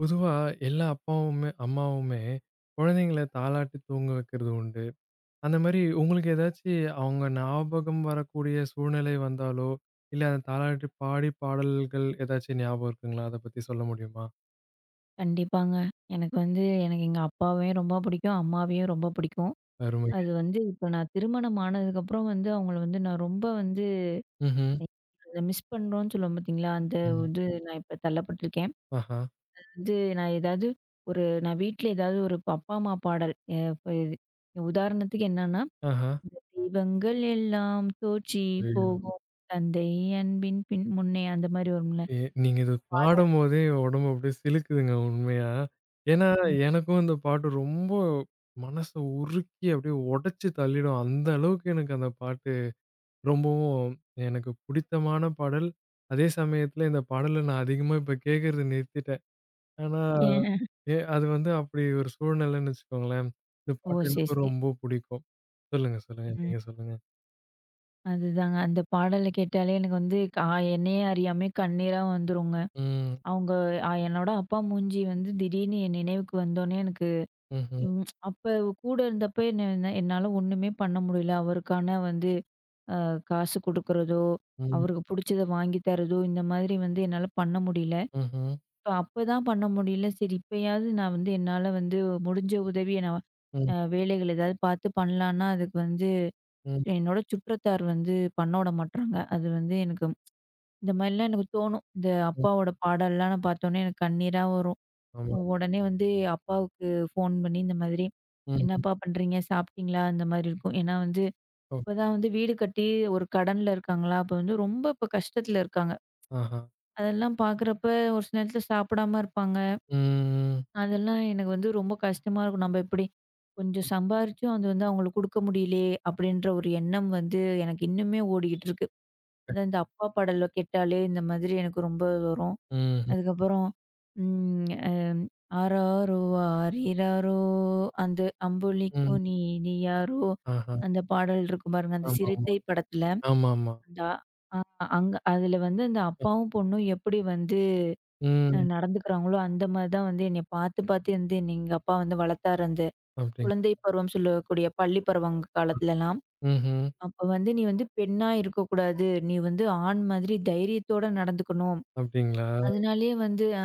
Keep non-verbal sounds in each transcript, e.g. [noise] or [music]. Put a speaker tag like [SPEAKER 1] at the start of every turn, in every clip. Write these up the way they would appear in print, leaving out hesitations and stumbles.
[SPEAKER 1] பொதுவா எல்லா அப்பாவுமே, அம்மாவுமே குழந்தைங்கள தாலாட்டி தூங்க வைக்கிறது உண்டு. அந்த மாரி உங்களுக்கு ஏதாச்சு அவங்க ஞாபகம் வரக்கூடிய சூழ்நிலை வந்தாலோ, இல்ல அந்த தாலாட்டி பாடி பாடல்கள் ஏதாச்சும் ஞாபகம் இருக்குங்களா? அத பத்தி சொல்ல முடியுமா?
[SPEAKER 2] கண்டிப்பாங்க. எனக்கு எங்க அப்பாவையும் ரொம்ப பிடிக்கும். அம்மாவையும் ரொம்ப பிடிக்கும்.
[SPEAKER 1] அருமைங்க.
[SPEAKER 2] அது வந்து இப்ப நான் திருமணம் ஆனதுக்கப்புறம் வந்து அவங்கள வந்து நான் ரொம்ப வந்து
[SPEAKER 1] ம்ஹ்ம்.
[SPEAKER 2] அத மிஸ் பண்றோம்ன்னு சொல்லுவோம் பார்த்தீங்களா? அந்த
[SPEAKER 1] ஆமா.
[SPEAKER 2] இது நான் இப்ப தள்ளப்பட்டுருக்கேன்.
[SPEAKER 1] ஆஹா,
[SPEAKER 2] வந்து நான் ஏதாவது ஒரு நான் வீட்ல ஏதாவது ஒரு அப்பா, அம்மா பாடல் இப்ப இது உதாரணத்துக்கு என்னன்னா,
[SPEAKER 1] ஆஹா.
[SPEAKER 2] "இந்த தெய்வங்கள் எல்லாம் தோச்சி
[SPEAKER 1] ஐயோ!
[SPEAKER 2] போகும். தந்தை அன்பின் பின் முன்னே" அந்த மாரி வரும்ல.
[SPEAKER 1] எ நீங்க இது பாடும்போதே உடம்பு அப்படியே சிலுக்குதுங்க உண்மையா. ஏன்னா,
[SPEAKER 2] ம்.
[SPEAKER 1] எனக்கும் இந்த பாட்டு ரொம்ப மனச உருக்கி அப்படியே உடைச்சு தள்ளிடும். அந்த அளவுக்கு எனக்கு அந்த பாட்டு ரொம்பவும் எனக்கு பிடித்தமான பாடல். அதே சமயத்துல இந்த பாடல நான் அதிகமா இப்ப கேட்கறத நிறுத்திட்டேன். ஆனா,
[SPEAKER 2] ஏன்?
[SPEAKER 1] அது வந்து அப்படி ஒரு சூழ்நிலைன்னு வச்சுக்கோங்களேன். இந்த
[SPEAKER 2] ஓ!
[SPEAKER 1] பாட்டு
[SPEAKER 2] சரி,
[SPEAKER 1] எனக்கும்
[SPEAKER 2] சரி.
[SPEAKER 1] ரொம்ப பிடிக்கும். சொல்லுங்க, சொல்லுங்க. நீங்க சொல்லுங்க.
[SPEAKER 2] அதுதாங்க. அந்த பாடல கேட்டாலே எனக்கு வந்து என்னையே அறியாமயே கண்ணீரா வந்துருங்க.
[SPEAKER 1] ம்.
[SPEAKER 2] அவங்க என்னோட அப்பா மூஞ்சி வந்து திடீர்னு என் நினைவுக்கு வந்தோனே எனக்கு
[SPEAKER 1] ம்ஹ்ம்.
[SPEAKER 2] அப்ப கூட இருந்தப்ப என்ன என்ன என்னால ஒண்ணுமே பண்ண முடியல. அவருக்கான வந்து அ காசு குடுக்குறதோ,
[SPEAKER 1] ம்.
[SPEAKER 2] அவருக்கு புடிச்சத வாங்கி தரதோ, இந்த மாதிரி வந்து என்னால பண்ண முடியல.
[SPEAKER 1] ம்ஹ்ம்.
[SPEAKER 2] இப்ப அப்பதான் பண்ண முடியல. சரி இப்பயாவது நான் வந்து என்னால வந்து முடிஞ்ச உதவிய நான்
[SPEAKER 1] ம்.
[SPEAKER 2] வேலைகள் ஏதாவது பார்த்து பண்ணலான்னா, அதுக்கு வந்து
[SPEAKER 1] ம்.
[SPEAKER 2] என்னோட சுற்றத்தார் வந்து பண்ண விட மாட்றாங்க. அது வந்து எனக்கு இந்த மாதிரிலாம் எனக்கு தோணும். இந்த
[SPEAKER 1] ம்.
[SPEAKER 2] அப்பாவோட பாடல்லாம் நான் பார்த்தோன்னே எனக்கு கண்ணீரா வரும்.
[SPEAKER 1] ஆமா.
[SPEAKER 2] உடனே வந்து அப்பாவுக்கு ஃபோன் பண்ணி இந்த மாதிரி,
[SPEAKER 1] ம்ஹ்ம்.
[SPEAKER 2] "என்னப்பா பண்றீங்க? சாப்பிட்டீங்களா?" அந்த மாதிரி இருக்கும். ஏன்னா வந்து
[SPEAKER 1] ஓ!
[SPEAKER 2] இப்பதான் வந்து வீடு கட்டி ஒரு கடன்ல இருக்காங்களா, அப்ப வந்து ரொம்ப இப்ப கஷ்டத்துல இருக்காங்க.
[SPEAKER 1] ஆஹா.
[SPEAKER 2] அதெல்லாம் பார்க்குறப்ப ஒரு சில நேரத்துல சாப்பிடாம இருப்பாங்க.
[SPEAKER 1] ம்.
[SPEAKER 2] அதெல்லாம் எனக்கு வந்து ரொம்ப கஷ்டமா இருக்கும். நம்ம எப்படி கொஞ்சம் சம்பாரிச்சும் அது வந்து அவங்களுக்கு குடுக்க முடியலையே அப்படின்ற ஒரு எண்ணம் வந்து எனக்கு இன்னுமே ஓடிக்கிட்டு இருக்கு.
[SPEAKER 1] ஓகே.
[SPEAKER 2] அதான் இந்த அப்பா பாடல கேட்டாலே இந்த மாதிரி எனக்கு ரொம்ப வரும்.
[SPEAKER 1] ம்ஹ்ம்.
[SPEAKER 2] அதுக்கப்புறம் ம், அம், ஆராரோ ஆரிராரோ அந்த அம்புலிக்கோ
[SPEAKER 1] ம்.
[SPEAKER 2] நீ நீ யாரோ
[SPEAKER 1] ஆஹா.
[SPEAKER 2] அந்த பாடல் இருக்கும் பாருங்க. அந்த
[SPEAKER 1] ஆமாமா.
[SPEAKER 2] சிறுத்தை படத்துல,
[SPEAKER 1] ஆமாமா.
[SPEAKER 2] அந்த அ அங்க அதுல வந்து அந்த அப்பாவும் பொண்ணும் எப்படி வந்து
[SPEAKER 1] ம்.
[SPEAKER 2] நடந்துக்கிறாங்களோ, அந்த மாரி தான் வந்து என்னைய பார்த்து பார்த்து வந்து என்னை எங்க அப்பா வந்து வளர்த்தாரு. அந்த
[SPEAKER 1] அப்படிங்களா?
[SPEAKER 2] குழந்தை பருவம் சொல்லக்கூடிய பள்ளி பருவம் காலத்துலலாம்.
[SPEAKER 1] ம்ஹ்ம்.
[SPEAKER 2] அப்ப வந்து "நீ வந்து பெண்ணா இருக்கக்கூடாது. நீ வந்து ஆண் மாதிரி தைரியத்தோட நடந்துக்கணும்."
[SPEAKER 1] அப்படிங்களா?
[SPEAKER 2] அதனாலேயே வந்து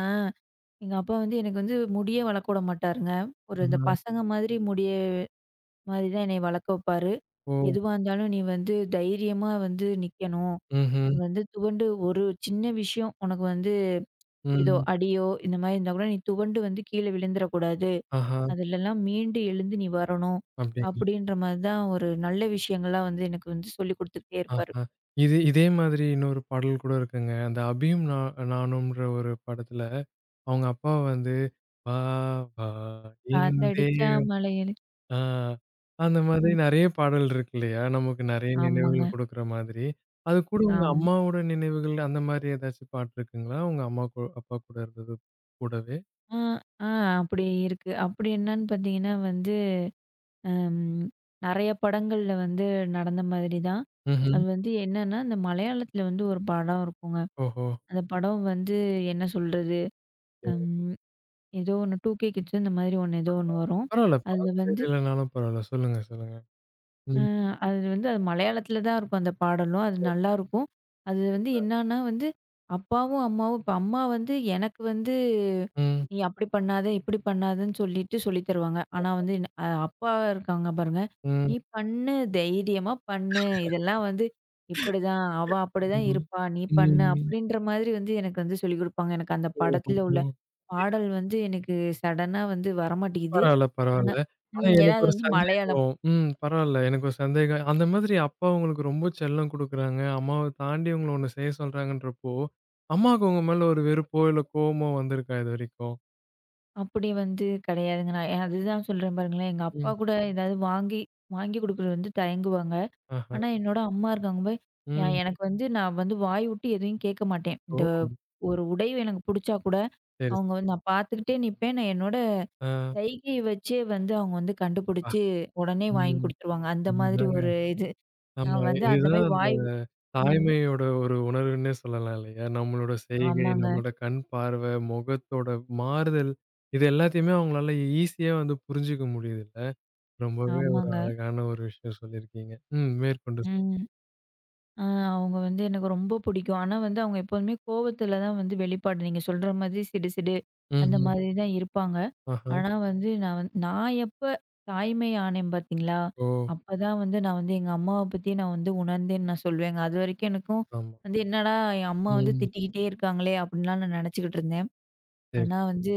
[SPEAKER 2] எங்க அப்பா வந்து எனக்கு வந்து முடியே வளர்க்க விட மாட்டாருங்க. ஒரு இந்த
[SPEAKER 1] ம்ஹ்ம்.
[SPEAKER 2] பசங்க மாதிரி முடிய மாதிரி தான் என்னைய வளர்க்க வைப்பாரு.
[SPEAKER 1] ஓ!
[SPEAKER 2] எதுவா இருந்தாலும் நீ வந்து தைரியமா வந்து நிக்கணும். நீ
[SPEAKER 1] ம்ஹ்ம்.
[SPEAKER 2] வந்து துவண்டு ஒரு சின்ன விஷயம் உனக்கு வந்து ஏதோ
[SPEAKER 1] ம்.
[SPEAKER 2] அடியோ இந்த மாரி இருந்தா கூட நீ துவண்டு வந்து கீழ விழுந்துறக்கூடாது.
[SPEAKER 1] ஆஹா!
[SPEAKER 2] அதுலலாம் மீண்டு எழுந்து நீ வரணும்.
[SPEAKER 1] அப்டிங்களா?
[SPEAKER 2] அப்படின்ற மாரி தான் ஒரு நல்ல விஷயங்கள்லாம் வந்து எனக்கு வந்து சொல்லிக் குடுத்துக்கிட்டே இருப்பாரு.
[SPEAKER 1] ஆஹா. இது இதே மாதிரி இன்னொரு பாடல் கூட இருக்குங்க. அந்த அபியும் நானும்ன்ற ஒரு படத்துல, அவங்க அப்பா வந்து, "வா வா என்
[SPEAKER 2] காத்தடிச்சா
[SPEAKER 1] தேவ"
[SPEAKER 2] மலையில.
[SPEAKER 1] ஆ அந்த மாதிரி
[SPEAKER 2] ம்.
[SPEAKER 1] நெறைய பாடல் இருக்கு இல்லையா? நமக்கு நெறைய நினைவுகள்
[SPEAKER 2] ஆமாங்க.
[SPEAKER 1] குடுக்குற மாதிரி. அது கூட உங்க
[SPEAKER 2] ஆமா.
[SPEAKER 1] அம்மாவோட நினைவுகள் அந்த மாரி ஏதாச்சும் பாட்டு இருக்குங்களா? உங்க அம்மா அப்பா கூட இருந்தது கூடவே?
[SPEAKER 2] ஆ, ஆ, அப்படி இருக்கு. அப்படி என்னன்னு பார்த்தீங்கன்னா வந்து அம். நெறைய படங்கள்ல வந்து நடந்த மாதிரி தான்.
[SPEAKER 1] ம்ஹ்ம்.
[SPEAKER 2] அது வந்து என்னன்னா, இந்த மலையாளத்துல வந்து ஒரு படம் இருக்குங்க.
[SPEAKER 1] ஓஹோ!
[SPEAKER 2] அந்த படம் வந்து என்ன சொல்றது?
[SPEAKER 1] சரி.
[SPEAKER 2] அம் ஏதோ ஒண்ணு 2கே கிட்ஸ் இந்த மாதிரி ஒண்ணு ஏதோ ஒண்ணு வரும்.
[SPEAKER 1] பரவால்ல.
[SPEAKER 2] அதுல
[SPEAKER 1] படம் பேர்
[SPEAKER 2] வந்து
[SPEAKER 1] இல்லனாலும் பரவால்ல. சொல்லுங்க, சொல்லுங்க.
[SPEAKER 2] அ
[SPEAKER 1] ம்.
[SPEAKER 2] அது வந்து அது மலையாளத்தில தான் இருக்கும் அந்த பாடலும். அது
[SPEAKER 1] ஓகே.
[SPEAKER 2] நல்லாருக்கும். அது வந்து என்னான்னா வந்து, அப்பாவும், அம்மாவும் இப்ப அம்மா வந்து எனக்கு வந்து,
[SPEAKER 1] ம்.
[SPEAKER 2] "நீ அப்படி பண்ணாத, இப்படி பண்ணாதன்னு" சொல்லிட்டு சொல்லி தருவாங்க. ஆனா வந்து என் அப்பா இருக்காங்க பாருங்க,
[SPEAKER 1] ம்.
[SPEAKER 2] "நீ பண்ணு, தைரியமா பண்ணு. இதெல்லாம் வந்து இப்படிதான். அவ அப்படிதான்
[SPEAKER 1] ம்.
[SPEAKER 2] இருப்பா. நீ பண்ணு."
[SPEAKER 1] ம்.
[SPEAKER 2] அப்படின்ற மாதிரி வந்து எனக்கு வந்து சொல்லிக் குடுப்பாங்க. எனக்கு அந்த
[SPEAKER 1] ஓஹோ!
[SPEAKER 2] படத்துல உள்ள
[SPEAKER 1] இல்ல
[SPEAKER 2] பாடல் வந்து எனக்கு சடனா வந்து வரமாட்டேங்குது.
[SPEAKER 1] பரவால்ல,
[SPEAKER 2] ஆனா
[SPEAKER 1] பரவால்ல. ஆனா
[SPEAKER 2] ம். ஏன்னா
[SPEAKER 1] எனக்கு
[SPEAKER 2] அது
[SPEAKER 1] ஒரு
[SPEAKER 2] வந்து மலையாளம்.
[SPEAKER 1] சந்தேகம். ம். பரவால்ல. எனக்கு ஒரு சந்தேகம். அந்த மாதிரி அப்பா உங்களுக்கு ரொம்ப செல்லம் குடுக்குறாங்க. அம்மாவ தாண்டி உங்கள ஒண்ணு செய்ய சொல்றாங்கன்றப்போ, அம்மாவுக்கு உங்க மேல ஒரு வெறுப்போ, இல்ல கோவமோ வந்திருக்கா இதுவரைக்கும்?
[SPEAKER 2] அப்படி வந்து கிடையாதுங்க. நான் ஏன் அதுதான் சொல்றேன் பாருங்களேன். எங்க அப்பா
[SPEAKER 1] ம்.
[SPEAKER 2] கூட ஏதாவது வாங்கி வாங்கி குடுக்குறது வந்து தயங்குவாங்க.
[SPEAKER 1] ஆஹா.
[SPEAKER 2] ஆனா என்னோட அம்மா இருக்காங்க போய் நான்
[SPEAKER 1] ம்.
[SPEAKER 2] எனக்கு வந்து நான் வந்து வாய் விட்டு எதையும் கேட்க மாட்டேன். இந்த
[SPEAKER 1] ஓ!
[SPEAKER 2] ஒரு உடை எனக்கு புடிச்சா கூட,
[SPEAKER 1] சரி,
[SPEAKER 2] அவங்க
[SPEAKER 1] சரி.
[SPEAKER 2] வந்து நான் பார்த்துக்கிட்டே நிப்பேன். நான் என்னோட
[SPEAKER 1] ஆ.
[SPEAKER 2] சைகை வச்சே வந்து அவங்க வந்து
[SPEAKER 1] பா
[SPEAKER 2] கண்டுபிடிச்சு உடனே வாங்கி
[SPEAKER 1] ம்.
[SPEAKER 2] குடுத்துருவாங்க. அந்த மாதிரி
[SPEAKER 1] இதுதாங்க.
[SPEAKER 2] ஒரு இது.
[SPEAKER 1] ஆமா.
[SPEAKER 2] நான் வந்து அந்த மாரி
[SPEAKER 1] இதுதான்
[SPEAKER 2] வாய் வி-. ம்.
[SPEAKER 1] தாய்மையோட ஒரு உணர்வுன்னே சொல்லலாம் இல்லையா? நம்மளோட செய்கை,
[SPEAKER 2] ஆமாங்க,
[SPEAKER 1] நம்மளோட கண் பார்வை, முகத்தோட மாறுதல், இது எல்லாத்தையுமே அவங்களால ஈஸியா வந்து புரிஞ்சுக்க முடியுதுல்ல. ரொம்பவே ஒரு
[SPEAKER 2] ஆமாங்க.
[SPEAKER 1] அழகான ஒரு விஷயம் சொல்லியிருக்கீங்க. ம். மேற்கொண்டு
[SPEAKER 2] ம். ஆ அவங்க வந்து எனக்கு ரொம்ப பிடிக்கும். ஆனா வந்து அவங்க எப்போதுமே கோவத்துல தான் வந்து வெளிப்பாடு. நீங்க சொல்ற மாதிரி சிடுசிடு அந்த
[SPEAKER 1] ம்ஹ்ம்.
[SPEAKER 2] மாதிரி தான் இருப்பாங்க.
[SPEAKER 1] ஆஹா.
[SPEAKER 2] ஆனா வந்து நான் எப்ப தாய்மை ஆனேன் பார்த்தீங்களா,
[SPEAKER 1] ஓ!
[SPEAKER 2] அப்பதான் வந்து நான் வந்து எங்க அம்மாவ பத்தி நான் வந்து உணர்ந்தேன்னு நான் சொல்வேங்க. அதுவரைக்கும் எனக்கும்
[SPEAKER 1] ஆமா.
[SPEAKER 2] வந்து என்னடா என் அம்மா வந்து
[SPEAKER 1] ம்.
[SPEAKER 2] திட்டிக்கிட்டே இருக்காங்களே! அப்டின்லாம் நான் நெனச்சுக்கிட்டு இருந்தேன்.
[SPEAKER 1] சரி.
[SPEAKER 2] ஆனா வந்து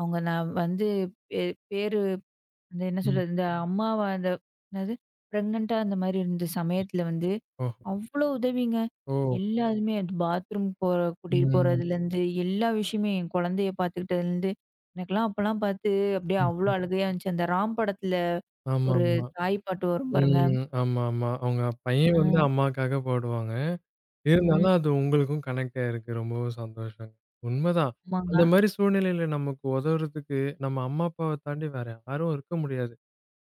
[SPEAKER 2] அவங்க நான் வந்து பே பேரு அந்த என்ன
[SPEAKER 1] ம்.
[SPEAKER 2] சொல்றது? இந்த அம்மாவா அந்த என்னது? பிரெக்னன்ட்டா அந்த மாரி இருந்த சமயத்துல வந்து
[SPEAKER 1] ஓஹோ!
[SPEAKER 2] அவ்ளோ உதவிங்க.
[SPEAKER 1] ஓ!
[SPEAKER 2] எல்லாதுமே அது பாத்ரூம் போற கூட்டிட்டு
[SPEAKER 1] ம்.
[SPEAKER 2] போறதுலேருந்து, எல்லா விஷயமே என் குழந்தைய பார்த்துக்கிட்டதுலேருந்து, எனக்கெல்லாம் அப்பலாம் பார்த்து அப்படியே அவ்ளோ
[SPEAKER 1] ம்ஹ்ம்.
[SPEAKER 2] அழுகையா இருந்துச்சு. அந்த ராம் படத்துல ஒரு
[SPEAKER 1] ஆமாமா.
[SPEAKER 2] தாய் பாட்டு வரும் பாருங்க.
[SPEAKER 1] ம். ஆமாமா. அவங்க பையன்
[SPEAKER 2] அ,
[SPEAKER 1] வந்து அம்மாக்காக பாடுவாங்க.
[SPEAKER 2] ம்.
[SPEAKER 1] இருந்தாலும் அது உங்களுக்கும் கனெக்ட் ஆயிருக்கு. ரொம்பவும் சந்தோஷங்க. உண்மதான்.
[SPEAKER 2] ஆமாங்க.
[SPEAKER 1] அந்த மாரி சூழ்நிலையில நமக்கு உதவுறதுக்கு நம்ம அம்மா, அப்பாவ தாண்டி வேற யாரும் இருக்க முடியாது.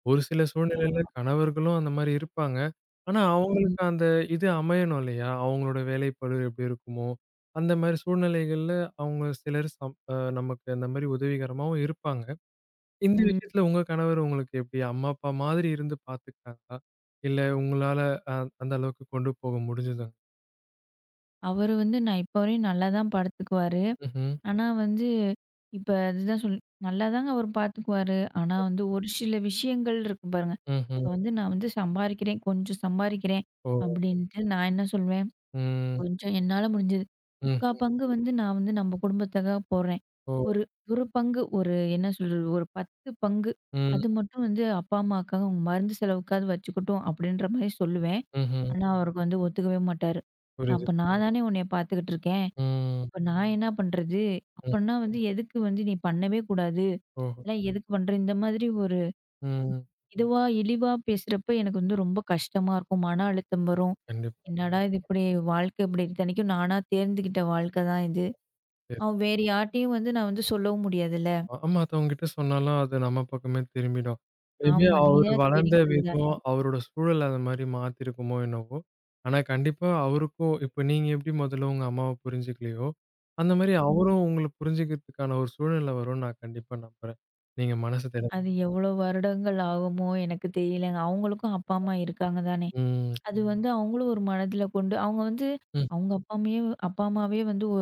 [SPEAKER 1] ஒரு சில சூழ்நிலையில
[SPEAKER 2] ஆமா.
[SPEAKER 1] கணவர்களும் அந்த மாரி இருப்பாங்க. ஆனா,
[SPEAKER 2] ம்.
[SPEAKER 1] அவங்களுக்கு அந்த இது அமையணும் இல்லையா? அவங்களோட வேலைப்பளு எப்படி இருக்குமோ, அந்த மாரி சூழ்நிலைகள்ல அவங்க சிலர் சம் அ நமக்கு அந்த மாரி உதவிகரமாவும் இருப்பாங்க. இந்த
[SPEAKER 2] ம்.
[SPEAKER 1] விஷயத்துல உங்க கணவர் உங்களுக்கு எப்படி அம்மா, அப்பா மாதிரி இருந்து பார்த்துக்கிட்டாங்களா? இல்ல உங்களால அ அந்த அளவுக்கு கொண்டு போக முடிஞ்சதா?
[SPEAKER 2] அவரு வந்து நான் இப்ப வரையும் நல்லா தான் படுத்துக்குவாரு.
[SPEAKER 1] ம்ஹ்ம்.
[SPEAKER 2] ஆனா வந்து இப்ப அதுதான் சொல் நல்லாதாங்க அவரு பார்த்துக்குவாரு. ஆனா வந்து ஒரு சில விஷயங்கள் இருக்கு பாருங்க. இப்ப
[SPEAKER 1] ம்ஹ்ம்.
[SPEAKER 2] வந்து நான் வந்து சம்பாரிக்கிறேன், கொஞ்சம் சம்பாரிக்கிறேன்
[SPEAKER 1] ஓ!
[SPEAKER 2] அப்படின்ட்டு நான் என்ன சொல்வேன்
[SPEAKER 1] ம்.
[SPEAKER 2] கொஞ்சம் என்னால முடிஞ்சது. 3/4
[SPEAKER 1] ம்.
[SPEAKER 2] பங்கு வந்து நான் வந்து நம்ம குடும்பத்துக்காக போடுறேன்.
[SPEAKER 1] ஓ!
[SPEAKER 2] ஒரு ஒரு பங்கு ஒரு என்ன சொல்றது? ஒரு 10 பங்கு
[SPEAKER 1] ம்.
[SPEAKER 2] அது மட்டும் வந்து அப்பா, அம்மாக்காக அவங்க மருந்து செலவுக்காவது வச்சுக்கட்டும் அப்படின்ற மாரி சொல்லுவேன்.
[SPEAKER 1] ம்ஹ்ம்.
[SPEAKER 2] ஆனா, அவருக்கு வந்து ஒத்துக்கவே மாட்டாரு.
[SPEAKER 1] புரியுது.
[SPEAKER 2] அப்ப நான் தானே உன்னைய பார்த்துக்கிட்டு இருக்கேன்.
[SPEAKER 1] ம்.
[SPEAKER 2] இப்ப நான் என்ன பண்றது?
[SPEAKER 1] ம்.
[SPEAKER 2] அப்பன்னா வந்து எதுக்கு வந்து நீ பண்ணவே கூடாது.
[SPEAKER 1] ஓஹோ!
[SPEAKER 2] இதெல்லாம் எதுக்கு பண்ற? இந்த மாதிரி ஒரு
[SPEAKER 1] ம்.
[SPEAKER 2] இதுவா இழிவா பேசுறப்ப எனக்கு வந்து ரொம்ப கஷ்டமா இருக்கும். மன அழுத்தம் வரும்.
[SPEAKER 1] கண்டிப்பா.
[SPEAKER 2] என்னடா இது இப்படி வாழ்க்கை இப்படி இத்தனைக்கும் நானா தேர்ந்துகிட்ட வாழ்க்கை தான் இது.
[SPEAKER 1] சரி.
[SPEAKER 2] அவன் வேற யார்ட்டயும் வந்து நான் வந்து சொல்லவும் முடியாதுல்ல.
[SPEAKER 1] ஆமா. அது அவங்ககிட்ட சொன்னாலும் அது நம்ம பக்கமே திரும்பிடும். மேபி
[SPEAKER 2] ஆமா. நீ
[SPEAKER 1] அவரு
[SPEAKER 2] தான்
[SPEAKER 1] வளர்ந்த
[SPEAKER 2] தேடிக்கிட்டது
[SPEAKER 1] விதம்,
[SPEAKER 2] தானே.
[SPEAKER 1] அவரோட சூழல் அந்த மாரி மாத்திருக்குமோ என்னவோ! ஆனா கண்டிப்பா அவருக்கும் இப்ப நீங்க எப்படி முதல்ல உங்க அம்மாவ புரிஞ்சுக்கலையோ, அந்த மாரி
[SPEAKER 2] ம்.
[SPEAKER 1] அவரும் உங்கள புரிஞ்சுக்கிறதுக்கான ஒரு சூழ்நிலை வரும்ன்னு நான் கண்டிப்பா நம்புறேன். நீங்க மனசு திறந்து
[SPEAKER 2] அது எவ்வளோ வருடங்கள் ஆகுமோ எனக்கு தெரியலங்க. அவங்களுக்கும் அப்பா, அம்மா இருக்காங்க தானே.
[SPEAKER 1] ம்.
[SPEAKER 2] அது வந்து அவங்களும் ஒரு மனதில கொண்டு அவங்க வந்து
[SPEAKER 1] ம்.
[SPEAKER 2] அவங்க அப்பா அம்மையே அப்பா அம்மாவே வந்து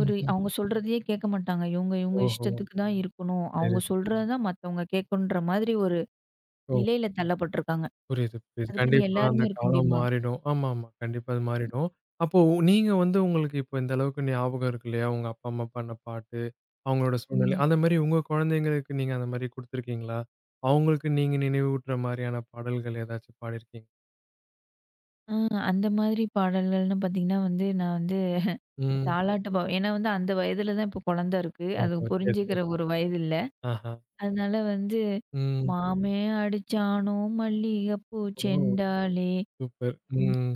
[SPEAKER 2] ஒரு அவங்க சொல்றதையே கேட்க மாட்டாங்க. இவங்க இவங்க
[SPEAKER 1] ஓஹோ!
[SPEAKER 2] இஷ்டத்துக்கு தான் இருக்கணும்.
[SPEAKER 1] சரி.
[SPEAKER 2] அவங்க சொல்றது தான் மத்தவங்க கேட்கணுன்ற மாதிரி ஒரு
[SPEAKER 1] ஓ!
[SPEAKER 2] நிலையில தள்ளப்பட்டுருக்காங்க.
[SPEAKER 1] புரியுது, புரியுது.
[SPEAKER 2] அதுக்குன்னு
[SPEAKER 1] கண்டிப்பா அந்த
[SPEAKER 2] எல்லாருமே இருக்க
[SPEAKER 1] காலம்
[SPEAKER 2] முடியுமா?
[SPEAKER 1] மாறிடும். ஆமாமா. கண்டிப்பா அது மாறிடும். அப்போ நீங்க வந்து உங்களுக்கு இப்ப இந்த அளவுக்கு ஞாபகம் இருக்கு இல்லையா? உங்க அப்பா, அம்மா பண்ண பாட்டு, அவங்களோட சூழ்நிலை.
[SPEAKER 2] ம்.
[SPEAKER 1] அந்த மாரி உங்க குழந்தைங்களுக்கு நீங்க அந்த மாரி குடுத்துருக்கீங்களா? அவங்களுக்கு நீங்க நினைவூட்டுற மாரியான பாடல்கள் ஏதாச்சும் பாடியிருக்கீங்க?
[SPEAKER 2] ஆ அந்த மாதிரி பாடல்கள்னு பார்த்தீங்கன்னா வந்து, நான் வந்து
[SPEAKER 1] ம்.
[SPEAKER 2] தாலாட்டு பா ஏன்னா வந்து அந்த வயதில தான் இப்போ குழந்தை இருக்கு. அது
[SPEAKER 1] ஓஹோ! சரி, சரி.
[SPEAKER 2] புரிஞ்சுக்கிற ஒரு வயது இல்ல.
[SPEAKER 1] ஆஹா.
[SPEAKER 2] அதனால வந்து,
[SPEAKER 1] ம்.
[SPEAKER 2] "மாமே அடிச்சானோ மல்லிகைப்பூ
[SPEAKER 1] ஓ!
[SPEAKER 2] செண்டாலே,
[SPEAKER 1] சூப்பர்.
[SPEAKER 2] ம்
[SPEAKER 1] ம்.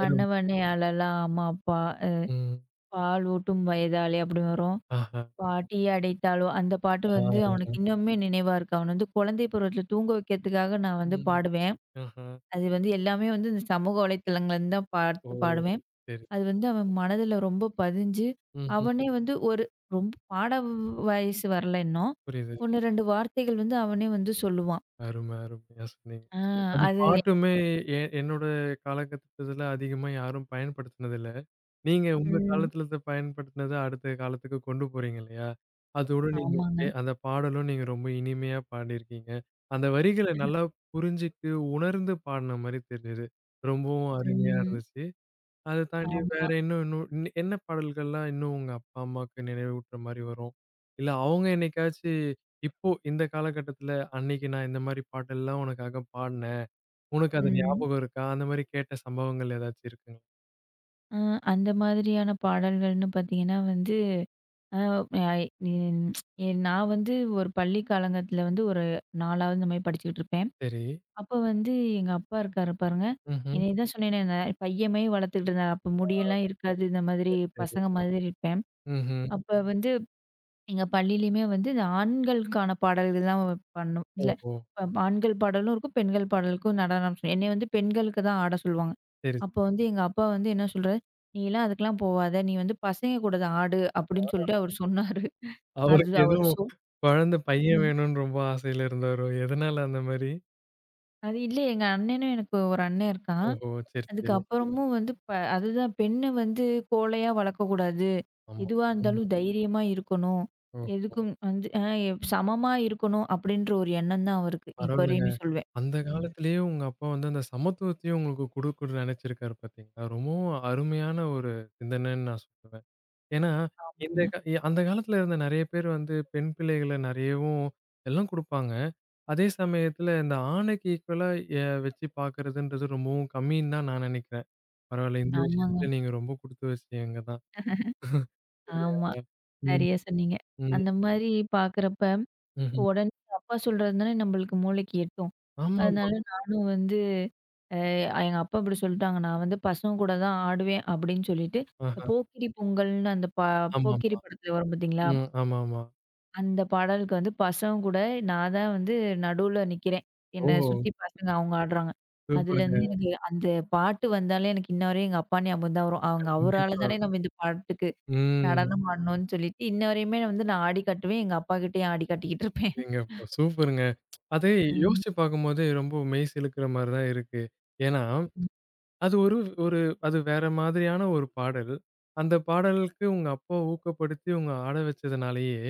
[SPEAKER 1] வெறும்
[SPEAKER 2] அழலாமா பா அ
[SPEAKER 1] ம்.
[SPEAKER 2] பால் ஊட்டும் வயதாலே" அப்படி வரும்.
[SPEAKER 1] ஆஹா.
[SPEAKER 2] "பாட்டி அடைத்தாளோ" அந்த பாட்டு
[SPEAKER 1] ஆ.
[SPEAKER 2] வந்து அவனுக்கு இன்னுமே நினைவா இருக்கு. அவன வந்து குழந்தை பருவத்தில தூங்க வைக்கிறதுக்காக நான் வந்து
[SPEAKER 1] ம்.
[SPEAKER 2] பாடுவேன்.
[SPEAKER 1] ஆஹா.
[SPEAKER 2] அது வந்து எல்லாமே வந்து இந்த சமூக வலைத்தளங்கள்லேருந்து தான்
[SPEAKER 1] ஓ!
[SPEAKER 2] பார்த்து பாடுவேன்.
[SPEAKER 1] சரி, சரி.
[SPEAKER 2] அது வந்து அவன் மனதில ரொம்ப பதிஞ்சு,
[SPEAKER 1] ம்ஹ்ம்.
[SPEAKER 2] அவனே வந்து ஒரு ரொம்ப பாட வயசு வரல இன்னும்.
[SPEAKER 1] புரியுது.
[SPEAKER 2] 1, 2 வார்த்தைகள் வந்து அவனே வந்து சொல்லுவான்.
[SPEAKER 1] அரும, அருமையா சொன்னீங்க.
[SPEAKER 2] ஆ
[SPEAKER 1] அது
[SPEAKER 2] அது
[SPEAKER 1] பாட்டுமே என்னோட காலகட்டத்துல அதிகமா யாரும் பயன்படுத்தினது இல்ல. நீங்க உங்க
[SPEAKER 2] ம்.
[SPEAKER 1] காலத்துல இத பயன்படுத்தினத அடுத்த காலத்துக்கு கொண்டு போறீங்க இல்லையா? அதோட நீங்க
[SPEAKER 2] ஆமாங்க.
[SPEAKER 1] அந்த பாடலும் நீங்க ரொம்ப இனிமையா பாடியிருக்கீங்க. அந்த வரிகள நல்லா புரிஞ்சுட்டு, உணர்ந்து பாடுன மாரி தெரிஞ்சது. ரொம்பவும் அருமையா
[SPEAKER 2] ம்.
[SPEAKER 1] இருந்துச்சு. அத தாண்டி வேற
[SPEAKER 2] ஆமா.
[SPEAKER 1] இன்னும் இன்னும் இன் என்ன பாடல்கள்லாம் இன்னும் உங்க அப்பா, அம்மாக்கு நினைவூட்டுற மாரி வரும்? இல்ல அவங்க என்னைக்காச்சு இப்போ இந்த காலகட்டத்துல, "அன்னைக்கு நான் இந்த மாரி பாட்டெல்லாம் உனக்காக பாடுனேன். உனக்கு அது
[SPEAKER 2] ம்.
[SPEAKER 1] ஞாபகம் இருக்கா?" அந்த மாரி கேட்ட சம்பவங்கள் ஏதாச்சும் இருக்குங்களா?
[SPEAKER 2] அ அந்த மாதிரியான பாடல்கள்னு பார்த்தீங்கன்னா வந்து, அ நான் வந்து ஒரு பள்ளி காலங்கத்தில வந்து ஒரு 4வது இந்த மாரி படிச்சுக்கிட்டு இருப்பேன்.
[SPEAKER 1] சரி.
[SPEAKER 2] அப்ப வந்து எங்க அப்பா இருக்காரு பாருங்க.
[SPEAKER 1] ம்ஹ்ம்.
[SPEAKER 2] என்னைய தான் சொன்னேனே, நான் பையன் மாரி வளர்த்துக்கிட்டு இருந்தேன். அப்ப
[SPEAKER 1] ஆ
[SPEAKER 2] முடியெல்லாம் இருக்காது. இந்த மாதிரி
[SPEAKER 1] சரி.
[SPEAKER 2] பசங்க மாதிரி இருப்பேன்.
[SPEAKER 1] ம்ஹ்ம்.
[SPEAKER 2] அப்ப வந்து எங்க பள்ளியிலயுமே வந்து இந்த ஆண்களுக்கான பாடல்கள் தான் பண்ணும். இல்ல
[SPEAKER 1] ஓஹோ!
[SPEAKER 2] இப்ப ஆண்கள் பாடலும் இருக்கும், பெண்கள் பாடலுக்கும் நடனம் என்னைய வந்து பெண்களுக்கு தான் ஆட சொல்லுவாங்க.
[SPEAKER 1] சரி,
[SPEAKER 2] அப்போ வந்து எங்க அப்பா வந்து என்ன சொல்றாரு, "நீலாம் அதுக்கெல்லாம் போவாத. நீ வந்து பசங்க கூட தான் ஆடு" அப்படின்னு
[SPEAKER 1] சரி.
[SPEAKER 2] சொல்லிட்டு அவரு சொன்னாரு. அது
[SPEAKER 1] அவருக்கு
[SPEAKER 2] அவரு
[SPEAKER 1] எதுவும்
[SPEAKER 2] சொ
[SPEAKER 1] குழந்த பையன்
[SPEAKER 2] ம்.
[SPEAKER 1] வேணும்னு ரொம்ப ஆசையில இருந்தாரோ? எதனால அந்த மாரி?
[SPEAKER 2] அது இல்ல எங்க அண்ணனும் எனக்கு ஒரு அண்ணன் இருக்கான்.
[SPEAKER 1] ஓஹோ! சரி,
[SPEAKER 2] அதுக்கு
[SPEAKER 1] சரி.
[SPEAKER 2] அப்புறமும் வந்து அதுதான் பெண்ண வந்து கோழையா வளர்க்கக்கூடாது.
[SPEAKER 1] ஆமா.
[SPEAKER 2] எதுவா
[SPEAKER 1] ம்.
[SPEAKER 2] இருந்தாலும் தைரியமா இருக்கணும்.
[SPEAKER 1] ஓஹோ!
[SPEAKER 2] எதுக்கும் வந்து சமமா இருக்கணும் அப்டின்ற ஒரு எண்ணம் தான் அவருக்கு. இப்ப
[SPEAKER 1] பரவாயில்லங்க.
[SPEAKER 2] வரையுமே சொல்வேன்.
[SPEAKER 1] அந்த காலத்திலேயே உங்க அப்பா வந்து அந்த சமத்துவத்தையும் உங்களுக்கு குடுக்கணும்னு நினைச்சிருக்காரு பார்த்தீங்களா? ரொம்பவும் அருமையான ஒரு சிந்தனைன்னு நான் சொல்லுவேன். ஏன்னா, இந்த
[SPEAKER 2] ஆமாங்க.
[SPEAKER 1] அந்த காலத்துல இருந்த நெறைய பேர் வந்து பெண் பிள்ளைகள நெறையவும் எல்லாம் குடுப்பாங்க. அதே சமயத்துல இந்த ஆணுக்கு ஈக்குவலா வச்சு பார்க்கறதுன்றது ரொம்பவும் கம்மின்னு தான் நான் நினைக்கிறேன். பரவாயில்ல இந்த
[SPEAKER 2] ஆமாங்க.
[SPEAKER 1] விஷயத்துல நீங்க ரொம்ப குடுத்து வச்சவங்க தான். இல்லையா?
[SPEAKER 2] ஆமா.
[SPEAKER 1] ம்,
[SPEAKER 2] சரியா சொன்னீங்க.
[SPEAKER 1] ம்,
[SPEAKER 2] அந்த மாரி பார்க்குறப்ப,
[SPEAKER 1] ம்ஹ்ம்.
[SPEAKER 2] உடனே அப்பா சொல்றது தானே நம்மளுக்கு மூளைக்கு எட்டும்.
[SPEAKER 1] ஆமாமா.
[SPEAKER 2] அதனால நானும் வந்து எங்க அப்பா இப்டி சொல்ட்டாங்க. நான் வந்து பசங்க கூட தான் ஆடுவேன் அப்டின்னு சொல்லிட்டு, இந்த
[SPEAKER 1] ஆஹா.
[SPEAKER 2] போக்கிரி பொங்கல்னு அந்த போக்கிரி
[SPEAKER 1] ஆமாமா.
[SPEAKER 2] படத்துல வரும் பார்த்தீங்களா?
[SPEAKER 1] ம். ஆமாமா.
[SPEAKER 2] அந்த பாடலுக்கு வந்து பசங்க கூட நான் தான் வந்து நடுவுல நிக்கிறேன்.
[SPEAKER 1] ஓ!
[SPEAKER 2] என்ன சுத்தி பசங்க அவங்க ஆடுறாங்க.
[SPEAKER 1] சூப்பருங்க.
[SPEAKER 2] அதுலேருந்து எனக்கு அந்த பாட்டு வந்தாலே எனக்கு இன்ன வரையும் எங்க அப்பா ஞாபகம் தான் வரும். அவங்க அவரால
[SPEAKER 1] கண்டிப்பா.
[SPEAKER 2] தானே நம்ம இந்த பாட்டுக்கு
[SPEAKER 1] ம்.
[SPEAKER 2] நடனம் ஆடணும்னு சொல்லிட்டு, இன்ன வரையுமே நான் வந்து நான் ஆடி காட்டுவேன். எங்க அப்பா கிட்டயும் ஆடி காட்டிக்கிட்டு இருப்பேன்.
[SPEAKER 1] எங்க அப்பா! சூப்பருங்க. அதே
[SPEAKER 2] ம்.
[SPEAKER 1] யோசிச்சு பார்க்கும்போதே ரொம்ப மெய் சிலுக்கிற மாரி தான் இருக்கு. ஏன்னா, அது ஒரு ஒரு அது வேற மாதிரியான ஒரு பாடல். அந்த பாடலுக்கு உங்க அப்பா ஊக்கப்படுத்தி உங்க ஆட வச்சதுனாலேயே,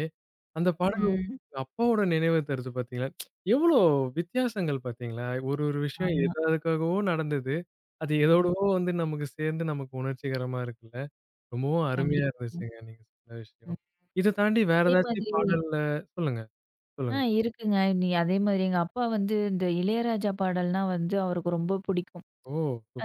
[SPEAKER 1] அந்த பாடல் உங்க
[SPEAKER 2] ம்.
[SPEAKER 1] அப்பாவோட நினைவு தருது பார்த்தீங்களா? எவ்வளோ வித்தியாசங்கள் பார்த்தீங்களா? ஒரு ஒரு விஷயம்
[SPEAKER 2] ஆமா.
[SPEAKER 1] எதோ அதுக்காகவோ நடந்தது. அது
[SPEAKER 2] ம்.
[SPEAKER 1] எதோடவோ வந்து நமக்கு சேர்ந்து நமக்கு உணர்ச்சிகரமா இருக்குல்ல. ரொம்பவும் அருமையா
[SPEAKER 2] கண்டிப்பா.
[SPEAKER 1] இருந்துச்சுங்க நீங்க சொன்ன விஷயம்.
[SPEAKER 2] ம்.
[SPEAKER 1] இத தாண்டி வேற
[SPEAKER 2] அதே
[SPEAKER 1] ஏதாச்சும்
[SPEAKER 2] மாதிரி
[SPEAKER 1] பாடல்ல சொல்லுங்க,
[SPEAKER 2] ஆ
[SPEAKER 1] சொல்லுங்க.
[SPEAKER 2] இருக்குங்க. நீ அதே மாதிரி எங்க அப்பா வந்து இந்த இளையராஜா பாடல்னா வந்து அவருக்கு ரொம்ப பிடிக்கும்.
[SPEAKER 1] ஓ!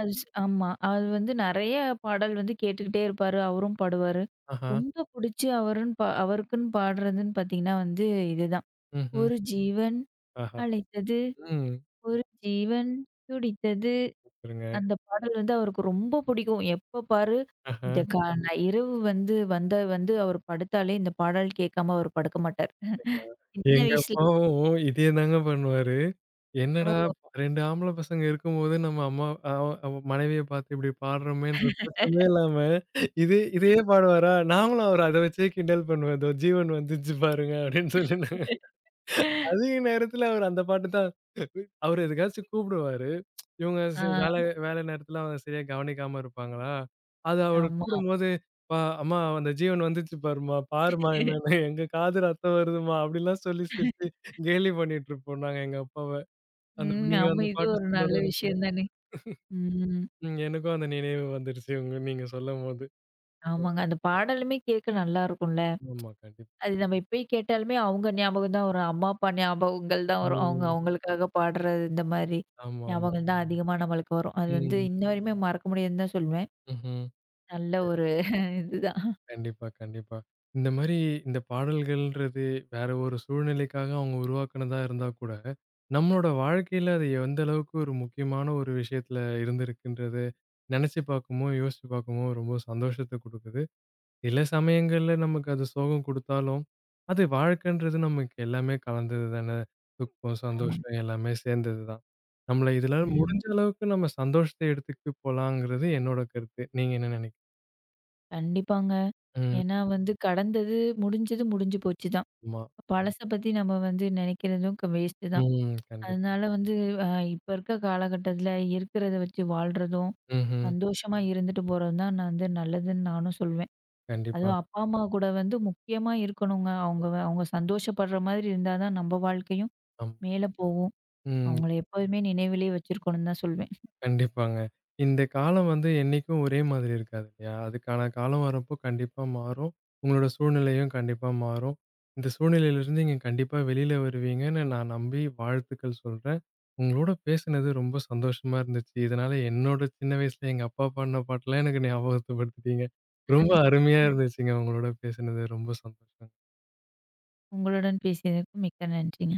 [SPEAKER 2] அது ஸ் ஆமா. அது வந்து நெறைய பாடல் வந்து கேட்டுக்கிட்டே இருப்பாரு. அவரும் பாடுவாரு.
[SPEAKER 1] ஆஹா.
[SPEAKER 2] ரொம்ப புடிச்சு அவருன்னு பா அவருக்குன்னு பாடுறதுன்னு பார்த்தீங்கன்னா வந்து இதுதான்.
[SPEAKER 1] ம்ஹ்ம்.
[SPEAKER 2] "ஒரு ஜீவன்
[SPEAKER 1] ஆஹா.
[SPEAKER 2] அழைத்தது,
[SPEAKER 1] ம்.
[SPEAKER 2] ஒரு ஜீவன் துடித்தது."
[SPEAKER 1] சூப்பருங்க.
[SPEAKER 2] அந்த பாடல் வந்து அவருக்கு ரொம்ப பிடிக்கும். எப்ப பாரு
[SPEAKER 1] ஆஹா.
[SPEAKER 2] இந்த நான் இரவு வந்து வந்தா வந்து அவர் படுத்தாலே இந்த பாடல் கேட்காம அவர் படுக்க மாட்டார். சின்ன
[SPEAKER 1] எங்க
[SPEAKER 2] வயசுல.
[SPEAKER 1] அப்பாவும் இதே தாங்க பண்ணுவாரு.
[SPEAKER 2] ஓ!
[SPEAKER 1] என்னடா! ம். 2 ஆம்பள பசங்க இருக்கும்போது நம்ம அம்மா அவ அவ மனைவிய பார்த்து இப்படி பாடுறோமேன்ற கூச்சமே இல்லாம, இதே இதே பாடுவாரா? நாங்களும் அவர அத வச்சே கிண்டல் பண்ணுவோம். "இதோ ஜீவன் வந்துச்சு பாருங்க" அப்படின்னு சொல்லி. [laughs] அதிக நேரத்துல அவரு அந்த பாட்டு தான் அவரு எதுக்காச்சும் கூப்பிடுவாரு. இவங்க சரி வேலை
[SPEAKER 2] ஆ
[SPEAKER 1] வேலை நேரத்துல அவன சரியா கவனிக்காம இருப்பாங்களா? அது அவரு
[SPEAKER 2] ஆமா.
[SPEAKER 1] கூடும்போது, "பா அம்மா அந்த ஜீவன் வந்துச்சு பாரும்மா, பாரும்மா என்னன்னு எங்க காது ரத்தம் வருதும்மா" அப்படிலாம் சொல்லி சிரிச்சு கேலி பண்ணிட்டு இருப்போம் நாங்க எங்க அப்பாவ. அந்த நீங்க
[SPEAKER 2] ஆமா.
[SPEAKER 1] அந்த
[SPEAKER 2] இது
[SPEAKER 1] பாட்டு
[SPEAKER 2] ஒரு நல்ல
[SPEAKER 1] சொன்னதும் எனக்கு
[SPEAKER 2] விஷயம் தானே! ம்.
[SPEAKER 1] ம் எனக்கும் அந்த நினைவு வந்துருச்சு உங்க நீங்க சொல்லும்போது.
[SPEAKER 2] ஆமாங்க. அந்த பாடலுமே கேட்க நல்லாருக்கும்ல.
[SPEAKER 1] ஆமா கண்டிப்பா.
[SPEAKER 2] அது நம்ம இப்பயே கேட்டாலுமே அவங்க ஞாபகம் தான் வரும். அம்மா, அப்பா ஞாபகங்கள் தான் வரும். அவங்க
[SPEAKER 1] ம்.
[SPEAKER 2] அவங்களுக்காக பாடுறது இந்த மாரி
[SPEAKER 1] ஆமாமா.
[SPEAKER 2] ஞாபகங்கள் தான் அதிகமா நம்மளுக்கு வரும். அது வந்து
[SPEAKER 1] ம்.
[SPEAKER 2] இன்ன வரையுமே மறக்க முடியாதுன்னு தான் சொல்லுவேன்.
[SPEAKER 1] ம்ஹ்ம்.
[SPEAKER 2] நல்ல ஒரு [laughs] இதுதான்.
[SPEAKER 1] கண்டிப்பா, கண்டிப்பா. இந்த மாரி இந்த பாடல்கள்ன்றது வேற ஒரு சூழ்நிலைக்காக அவங்க உருவாக்குனதா இருந்தா கூட, நம்மளோட வாழ்க்கையில அது எந்த அளவுக்கு ஒரு முக்கியமான ஒரு விஷயத்துல இருந்திருக்குன்றது நெனச்சு பார்க்கும்போது, யோசிச்சு பார்க்கும்போது ரொம்ப சந்தோஷத்த குடுக்குது. சில சமயங்கள்ல நமக்கு அது சோகம் குடுத்தாலும், அது வாழ்க்கைன்றது நமக்கு எல்லாமே கலந்தது தானே! துக்கம்,
[SPEAKER 2] ஆமாங்க.
[SPEAKER 1] சந்தோஷம் எல்லாமே சேர்ந்தது தான். நம்மள இதுல
[SPEAKER 2] ம்.
[SPEAKER 1] முடிஞ்ச அளவுக்கு நம்ம சந்தோஷத்த எடுத்துக்கிட்டு போலாங்கிறது என்னோட கருத்து. நீங்க என்ன
[SPEAKER 2] கண்டிப்பாங்க.
[SPEAKER 1] ம்.
[SPEAKER 2] ஏன்னா வந்து கடந்தது, முடிஞ்சது முடிஞ்சு போச்சு தான்.
[SPEAKER 1] ஆமா.
[SPEAKER 2] பழச பத்தி நம்ம வந்து நெனைக்கிறதும் வேஸ்ட்டு தான்.
[SPEAKER 1] ம். கண்டிப்பா.
[SPEAKER 2] அதனால வந்து அ இப்ப இருக்க காலகட்டத்தில இருக்கிறத வச்சு வாழ்றதும்,
[SPEAKER 1] ம்ஹ்ம்.
[SPEAKER 2] சந்தோஷமா இருந்துட்டு போறதும் தான் நான் வந்து நல்லதுன்னு நானும் சொல்வேன்.
[SPEAKER 1] கண்டிப்பா.
[SPEAKER 2] அதுவும் அப்பா, அம்மா கூட வந்து முக்கியமா இருக்கணுங்க. அவங்க வ- அவங்க சந்தோஷப்படுற மாதிரி இருந்தா தான் நம்ம வாழ்க்கையும்
[SPEAKER 1] ஆம்.
[SPEAKER 2] மேல போகும்.
[SPEAKER 1] ம்.
[SPEAKER 2] அவங்கள எப்போதுமே நினைவிலேயே வச்சிருக்கணும்னு தான் சொல்வேன்.
[SPEAKER 1] கண்டிப்பாங்க. இந்த காலம் வந்து என்னைக்கும் ஒரே மாதிரி இருக்காது இல்லையா? அதுக்கான காலம் வரப்போ கண்டிப்பா மாறும். உங்களோட சூழ்நிலையும் கண்டிப்பா மாறும். இந்த சூழ்நிலையிலிருந்து நீங்க கண்டிப்பா வெளியில வருவீங்கன்னு நான் நம்பி வாழ்த்துக்கள் சொல்றேன். உங்களோட பேசினது ரொம்ப சந்தோஷமா இருந்துச்சு. இதனால என்னோட சின்ன வயசுல எங்க அப்பா பாடுன பாட்டெல்லாம் எனக்கு ஞாபகத்துப்படுத்திட்டீங்க. ரொம்ப அருமையா இருந்துச்சுங்க உங்களோட பேசினது. ரொம்ப சந்தோஷம்.
[SPEAKER 2] உங்களுடன் பேசியதற்கு மிக்க நன்றி.